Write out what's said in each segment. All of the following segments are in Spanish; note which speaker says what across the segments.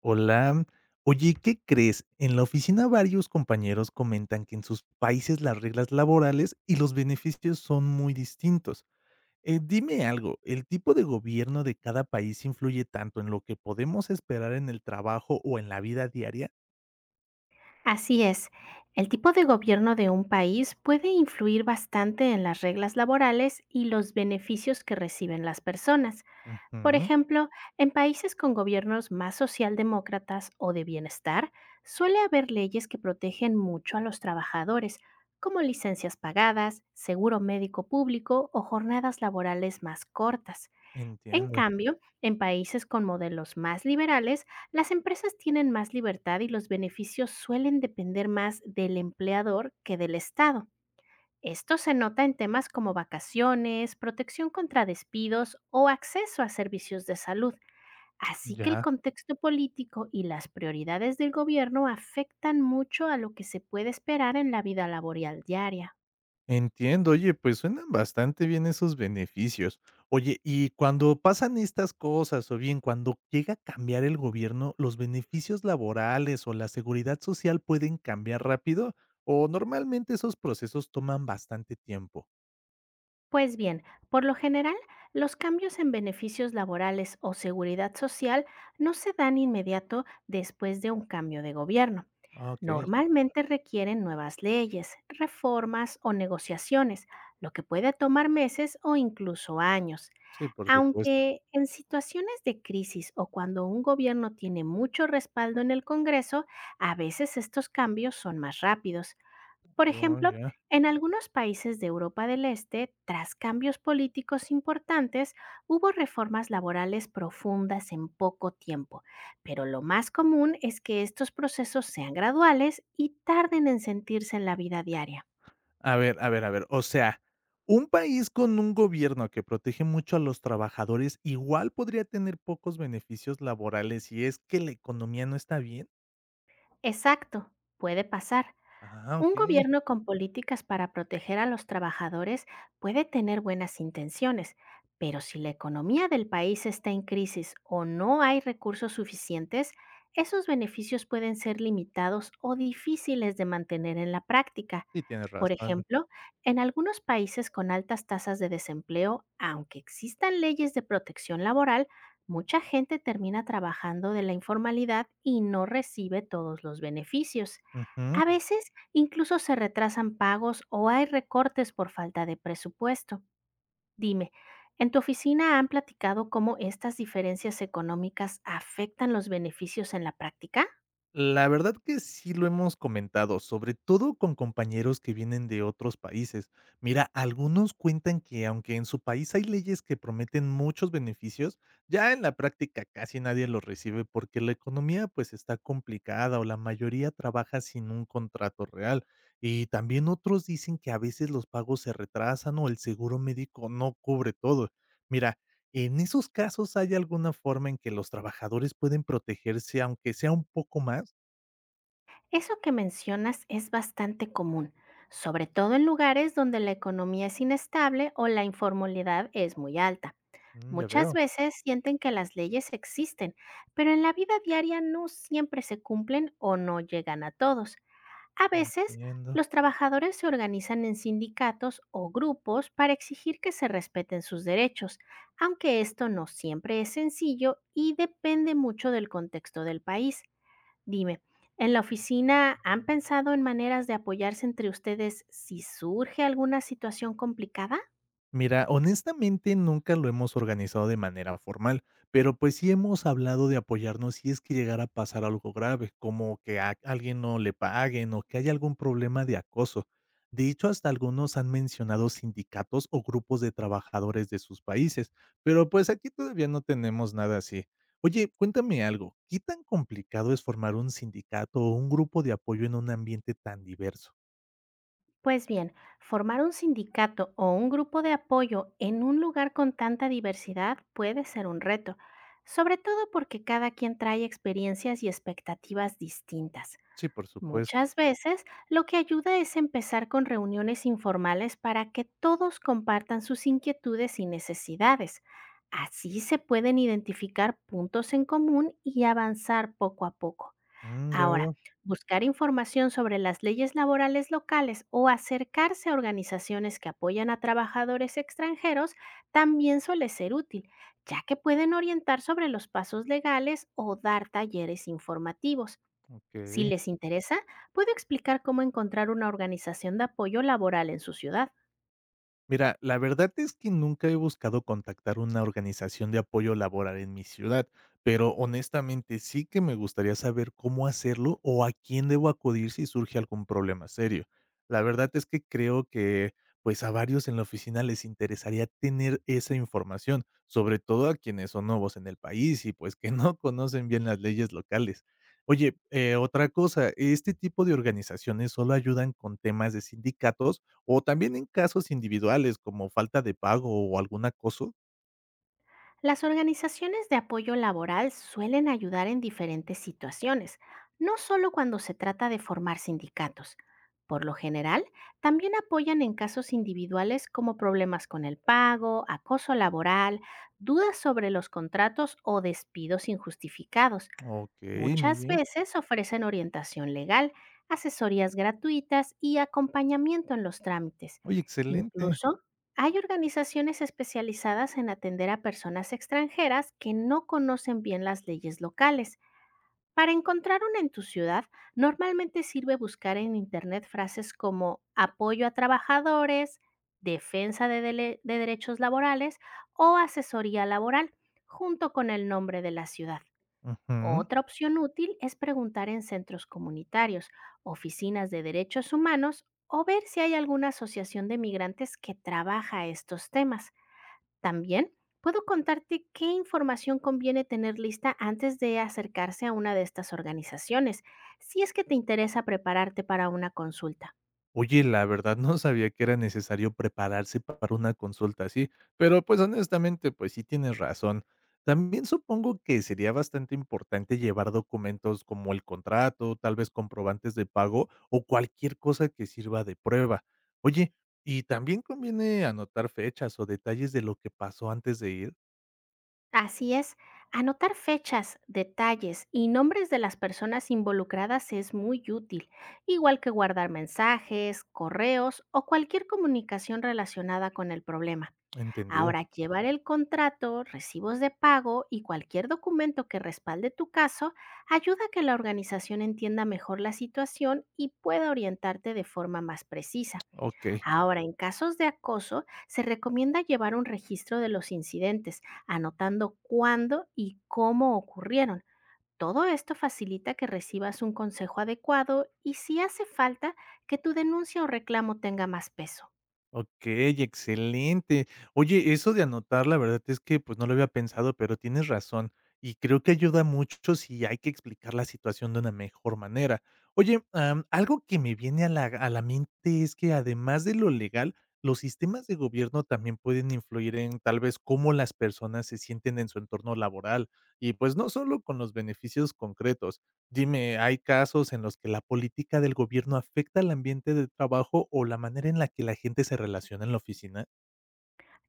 Speaker 1: Hola. Oye, ¿qué crees? En la oficina varios compañeros comentan que en sus países las reglas laborales y los beneficios son muy distintos. Dime algo, ¿el tipo de gobierno de cada país influye tanto en lo que podemos esperar en el trabajo o en la vida diaria?
Speaker 2: Así es, el tipo de gobierno de un país puede influir bastante en las reglas laborales y los beneficios que reciben las personas. Por
Speaker 1: Ujú,
Speaker 2: ejemplo, en países con gobiernos más socialdemócratas o de bienestar, suele haber leyes que protegen mucho a los trabajadores, como licencias pagadas, seguro médico público o jornadas laborales más cortas. En
Speaker 1: entiendo,
Speaker 2: cambio, en países con modelos más liberales, las empresas tienen más libertad y los beneficios suelen depender más del empleador que del Estado. Esto se nota en temas como vacaciones, protección contra despidos o acceso a servicios de salud. Así que el
Speaker 1: ya.
Speaker 2: contexto político y las prioridades del gobierno afectan mucho a lo que se puede esperar en la vida laboral diaria.
Speaker 1: Entiendo, oye, pues suenan bastante bien esos beneficios. Oye, y cuando pasan estas cosas, o bien cuando llega a cambiar el gobierno, ¿los beneficios laborales o la seguridad social pueden cambiar rápido? ¿O normalmente esos procesos toman bastante tiempo?
Speaker 2: Pues bien, por lo general, los cambios en beneficios laborales o seguridad social no se dan inmediato después de un cambio de gobierno.
Speaker 1: Ah, okey.
Speaker 2: Normalmente requieren nuevas leyes, reformas o negociaciones, lo que puede tomar meses o incluso años.
Speaker 1: Sí, por supuesto.
Speaker 2: Aunque en situaciones de crisis o cuando un gobierno tiene mucho respaldo en el Congreso, a veces estos cambios son más rápidos. Por
Speaker 1: Oh,
Speaker 2: ejemplo,
Speaker 1: ya.
Speaker 2: en algunos países de Europa del Este, tras cambios políticos importantes, hubo reformas laborales profundas en poco tiempo, pero lo más común es que estos procesos sean graduales y tarden en sentirse en la vida diaria.
Speaker 1: A ver, a ver, a ver, o sea, un país con un gobierno que protege mucho a los trabajadores, ¿igual podría tener pocos beneficios laborales si es que la economía no está bien?
Speaker 2: Exacto, puede pasar.
Speaker 1: Ah,
Speaker 2: Un
Speaker 1: okey.
Speaker 2: gobierno con políticas para proteger a los trabajadores puede tener buenas intenciones, pero si la economía del país está en crisis o no hay recursos suficientes, esos beneficios pueden ser limitados o difíciles de mantener en la práctica.
Speaker 1: Sí, tienes
Speaker 2: Por
Speaker 1: razón.
Speaker 2: ejemplo, en algunos países con altas tasas de desempleo, aunque existan leyes de protección laboral, mucha gente termina trabajando de la informalidad y no recibe todos los beneficios.
Speaker 1: Ujú.
Speaker 2: A veces incluso se retrasan pagos o hay recortes por falta de presupuesto. Dime, ¿en tu oficina han platicado cómo estas diferencias económicas afectan los beneficios en la práctica?
Speaker 1: La verdad que sí lo hemos comentado, sobre todo con compañeros que vienen de otros países. Mira, algunos cuentan que aunque en su país hay leyes que prometen muchos beneficios, ya en la práctica casi nadie los recibe porque la economía, pues, está complicada o la mayoría trabaja sin un contrato real. Y también otros dicen que a veces los pagos se retrasan o el seguro médico no cubre todo. Mira, en esos casos, ¿hay alguna forma en que los trabajadores pueden protegerse, aunque sea un poco más?
Speaker 2: Eso que mencionas es bastante común, sobre todo en lugares donde la economía es inestable o la informalidad es muy alta.
Speaker 1: Mm, ya
Speaker 2: Muchas
Speaker 1: veo,
Speaker 2: veces sienten que las leyes existen, pero en la vida diaria no siempre se cumplen o no llegan a todos. A veces,
Speaker 1: entiendo.
Speaker 2: los trabajadores se organizan en sindicatos o grupos para exigir que se respeten sus derechos, aunque esto no siempre es sencillo y depende mucho del contexto del país. Dime, ¿en la oficina han pensado en maneras de apoyarse entre ustedes si surge alguna situación complicada?
Speaker 1: Mira, honestamente nunca lo hemos organizado de manera formal, pero pues sí hemos hablado de apoyarnos si es que llegara a pasar algo grave, como que a alguien no le paguen o que haya algún problema de acoso. De hecho, hasta algunos han mencionado sindicatos o grupos de trabajadores de sus países, pero pues aquí todavía no tenemos nada así. Oye, cuéntame algo, ¿qué tan complicado es formar un sindicato o un grupo de apoyo en un ambiente tan diverso?
Speaker 2: Pues bien, formar un sindicato o un grupo de apoyo en un lugar con tanta diversidad puede ser un reto, sobre todo porque cada quien trae experiencias y expectativas distintas.
Speaker 1: Sí, por supuesto.
Speaker 2: Muchas veces lo que ayuda es empezar con reuniones informales para que todos compartan sus inquietudes y necesidades. Así se pueden identificar puntos en común y avanzar poco a poco.
Speaker 1: Mm, ya
Speaker 2: Ahora,
Speaker 1: veo.
Speaker 2: buscar información sobre las leyes laborales locales o acercarse a organizaciones que apoyan a trabajadores extranjeros también suele ser útil, ya que pueden orientar sobre los pasos legales o dar talleres informativos. Si
Speaker 1: Ok.
Speaker 2: les interesa, puedo explicar cómo encontrar una organización de apoyo laboral en su ciudad.
Speaker 1: Mira, la verdad es que nunca he buscado contactar una organización de apoyo laboral en mi ciudad, pero honestamente sí que me gustaría saber cómo hacerlo o a quién debo acudir si surge algún problema serio. La verdad es que creo que pues a varios en la oficina les interesaría tener esa información, sobre todo a quienes son nuevos en el país y pues que no conocen bien las leyes locales. Oye, otra cosa, ¿este tipo de organizaciones solo ayudan con temas de sindicatos? O también en casos individuales, como falta de pago o algún acoso.
Speaker 2: Las organizaciones de apoyo laboral suelen ayudar en diferentes situaciones, no solo cuando se trata de formar sindicatos. Por lo general, también apoyan en casos individuales como problemas con el pago, acoso laboral, dudas sobre los contratos o despidos injustificados.
Speaker 1: Okey, muy
Speaker 2: Muchas
Speaker 1: bien.
Speaker 2: veces ofrecen orientación legal, asesorías gratuitas y acompañamiento en los trámites.
Speaker 1: Oye, excelente.
Speaker 2: Incluso hay organizaciones especializadas en atender a personas extranjeras que no conocen bien las leyes locales. Para encontrar una en tu ciudad, normalmente sirve buscar en Internet frases como apoyo a trabajadores, defensa de, de derechos laborales o asesoría laboral, junto con el nombre de la ciudad.
Speaker 1: Ujú.
Speaker 2: Otra opción útil es preguntar en centros comunitarios, oficinas de derechos humanos o ver si hay alguna asociación de migrantes que trabaja estos temas. También puedo contarte qué información conviene tener lista antes de acercarse a una de estas organizaciones, si es que te interesa prepararte para una consulta.
Speaker 1: Oye, la verdad no sabía que era necesario prepararse para una consulta así, pero, pues, honestamente, pues, sí tienes razón. También supongo que sería bastante importante llevar documentos como el contrato, tal vez comprobantes de pago o cualquier cosa que sirva de prueba. Oye, ¿y también conviene anotar fechas o detalles de lo que pasó antes de ir?
Speaker 2: Así es, anotar fechas, detalles y nombres de las personas involucradas es muy útil, igual que guardar mensajes, correos o cualquier comunicación relacionada con el problema.
Speaker 1: ¿Entendido?
Speaker 2: Ahora, llevar el contrato, recibos de pago y cualquier documento que respalde tu caso ayuda a que la organización entienda mejor la situación y pueda orientarte de forma más precisa.
Speaker 1: Okey,
Speaker 2: Ahora, en casos de acoso, se recomienda llevar un registro de los incidentes, anotando cuándo y cómo ocurrieron. Todo esto facilita que recibas un consejo adecuado y si hace falta, que tu denuncia o reclamo tenga más peso.
Speaker 1: okey, excelente. Oye, eso de anotar, la verdad es que, pues, no lo había pensado, pero tienes razón, y creo que ayuda mucho si hay que explicar la situación de una mejor manera. Oye, algo que me viene a la mente es que, además de lo legal, los sistemas de gobierno también pueden influir en, tal vez, cómo las personas se sienten en su entorno laboral, y, pues, no solo con los beneficios concretos. Dime, ¿hay casos en los que la política del gobierno afecta el ambiente de trabajo o la manera en la que la gente se relaciona en la oficina?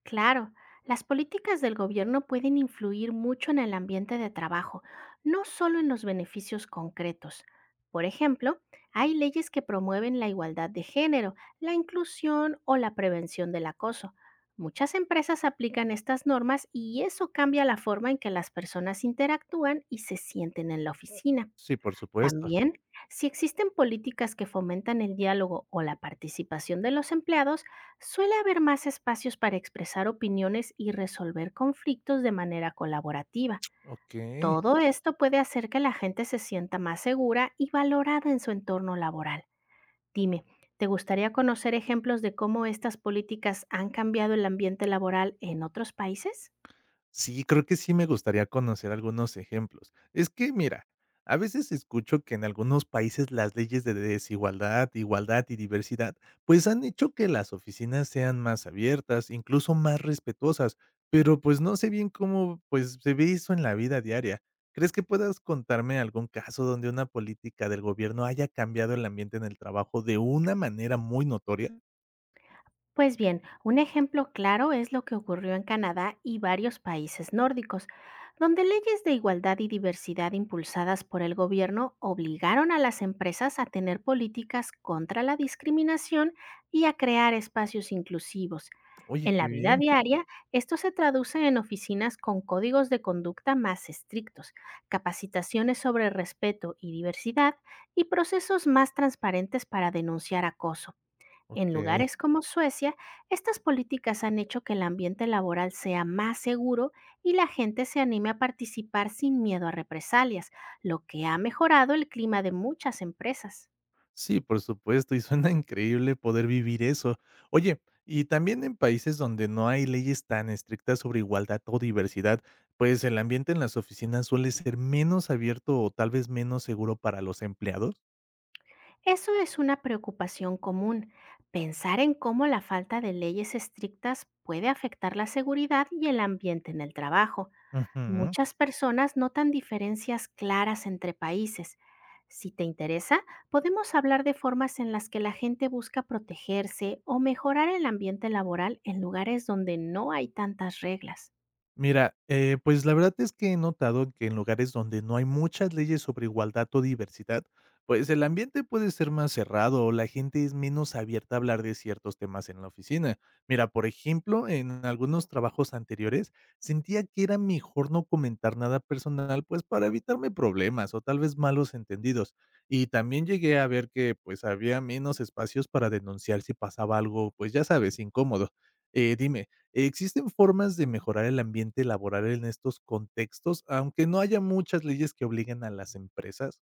Speaker 2: Claro, las políticas del gobierno pueden influir mucho en el ambiente de trabajo, no solo en los beneficios concretos. Por ejemplo, hay leyes que promueven la igualdad de género, la inclusión o la prevención del acoso. Muchas empresas aplican estas normas y eso cambia la forma en que las personas interactúan y se sienten en la oficina.
Speaker 1: Sí, por supuesto.
Speaker 2: También, si existen políticas que fomentan el diálogo o la participación de los empleados, suele haber más espacios para expresar opiniones y resolver conflictos de manera colaborativa.
Speaker 1: Ok.
Speaker 2: Todo esto puede hacer que la gente se sienta más segura y valorada en su entorno laboral. Dime, ¿te gustaría conocer ejemplos de cómo estas políticas han cambiado el ambiente laboral en otros países?
Speaker 1: Sí, creo que sí me gustaría conocer algunos ejemplos. Es que mira, a veces escucho que en algunos países las leyes de desigualdad, igualdad y diversidad, pues han hecho que las oficinas sean más abiertas, incluso más respetuosas, pero pues no sé bien cómo pues se ve eso en la vida diaria. ¿Crees que puedas contarme algún caso donde una política del gobierno haya cambiado el ambiente en el trabajo de una manera muy notoria?
Speaker 2: Pues bien, un ejemplo claro es lo que ocurrió en Canadá y varios países nórdicos, donde leyes de igualdad y diversidad impulsadas por el gobierno obligaron a las empresas a tener políticas contra la discriminación y a crear espacios inclusivos.
Speaker 1: Oye,
Speaker 2: En
Speaker 1: qué
Speaker 2: la vida
Speaker 1: bien.
Speaker 2: diaria, esto se traduce en oficinas con códigos de conducta más estrictos, capacitaciones sobre respeto y diversidad y procesos más transparentes para denunciar acoso. En
Speaker 1: Ok.
Speaker 2: lugares como Suecia, estas políticas han hecho que el ambiente laboral sea más seguro y la gente se anime a participar sin miedo a represalias, lo que ha mejorado el clima de muchas empresas.
Speaker 1: Sí, por supuesto, y suena increíble poder vivir eso. Oye, y también en países donde no hay leyes tan estrictas sobre igualdad o diversidad, pues el ambiente en las oficinas suele ser menos abierto o tal vez menos seguro para los empleados.
Speaker 2: Eso es una preocupación común, pensar en cómo la falta de leyes estrictas puede afectar la seguridad y el ambiente en el trabajo.
Speaker 1: Ujú.
Speaker 2: Muchas personas notan diferencias claras entre países. Si te interesa, podemos hablar de formas en las que la gente busca protegerse o mejorar el ambiente laboral en lugares donde no hay tantas reglas.
Speaker 1: Mira, pues la verdad es que he notado que en lugares donde no hay muchas leyes sobre igualdad o diversidad, pues el ambiente puede ser más cerrado o la gente es menos abierta a hablar de ciertos temas en la oficina. Mira, por ejemplo, en algunos trabajos anteriores sentía que era mejor no comentar nada personal, pues para evitarme problemas o tal vez malos entendidos. Y también llegué a ver que pues había menos espacios para denunciar si pasaba algo, pues ya sabes, incómodo. Dime. ¿Existen formas de mejorar el ambiente laboral en estos contextos, aunque no haya muchas leyes que obliguen a las empresas?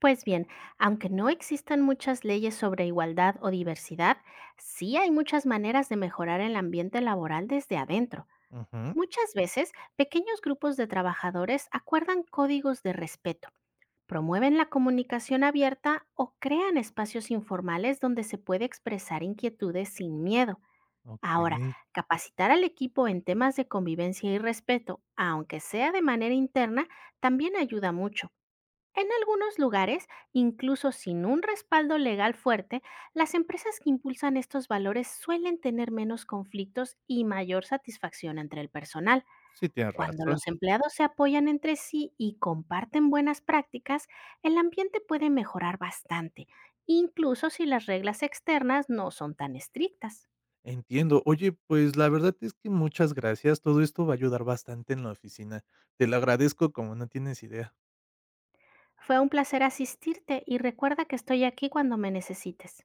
Speaker 2: Pues bien, aunque no existan muchas leyes sobre igualdad o diversidad, sí hay muchas maneras de mejorar el ambiente laboral desde adentro.
Speaker 1: Ujú,
Speaker 2: Muchas veces, pequeños grupos de trabajadores acuerdan códigos de respeto promueven la comunicación abierta o crean espacios informales donde se puede expresar inquietudes sin miedo. Ahora,
Speaker 1: okey.
Speaker 2: capacitar al equipo en temas de convivencia y respeto, aunque sea de manera interna, también ayuda mucho. En algunos lugares, incluso sin un respaldo legal fuerte, las empresas que impulsan estos valores suelen tener menos conflictos y mayor satisfacción entre el personal.
Speaker 1: Sí, tienes
Speaker 2: Cuando
Speaker 1: razón.
Speaker 2: los empleados se apoyan entre sí y comparten buenas prácticas, el ambiente puede mejorar bastante, incluso si las reglas externas no son tan estrictas.
Speaker 1: Entiendo. Oye, pues, la verdad es que muchas gracias. Todo esto va a ayudar bastante en la oficina. Te lo agradezco como no tienes idea.
Speaker 2: Fue un placer asistirte y recuerda que estoy aquí cuando me necesites.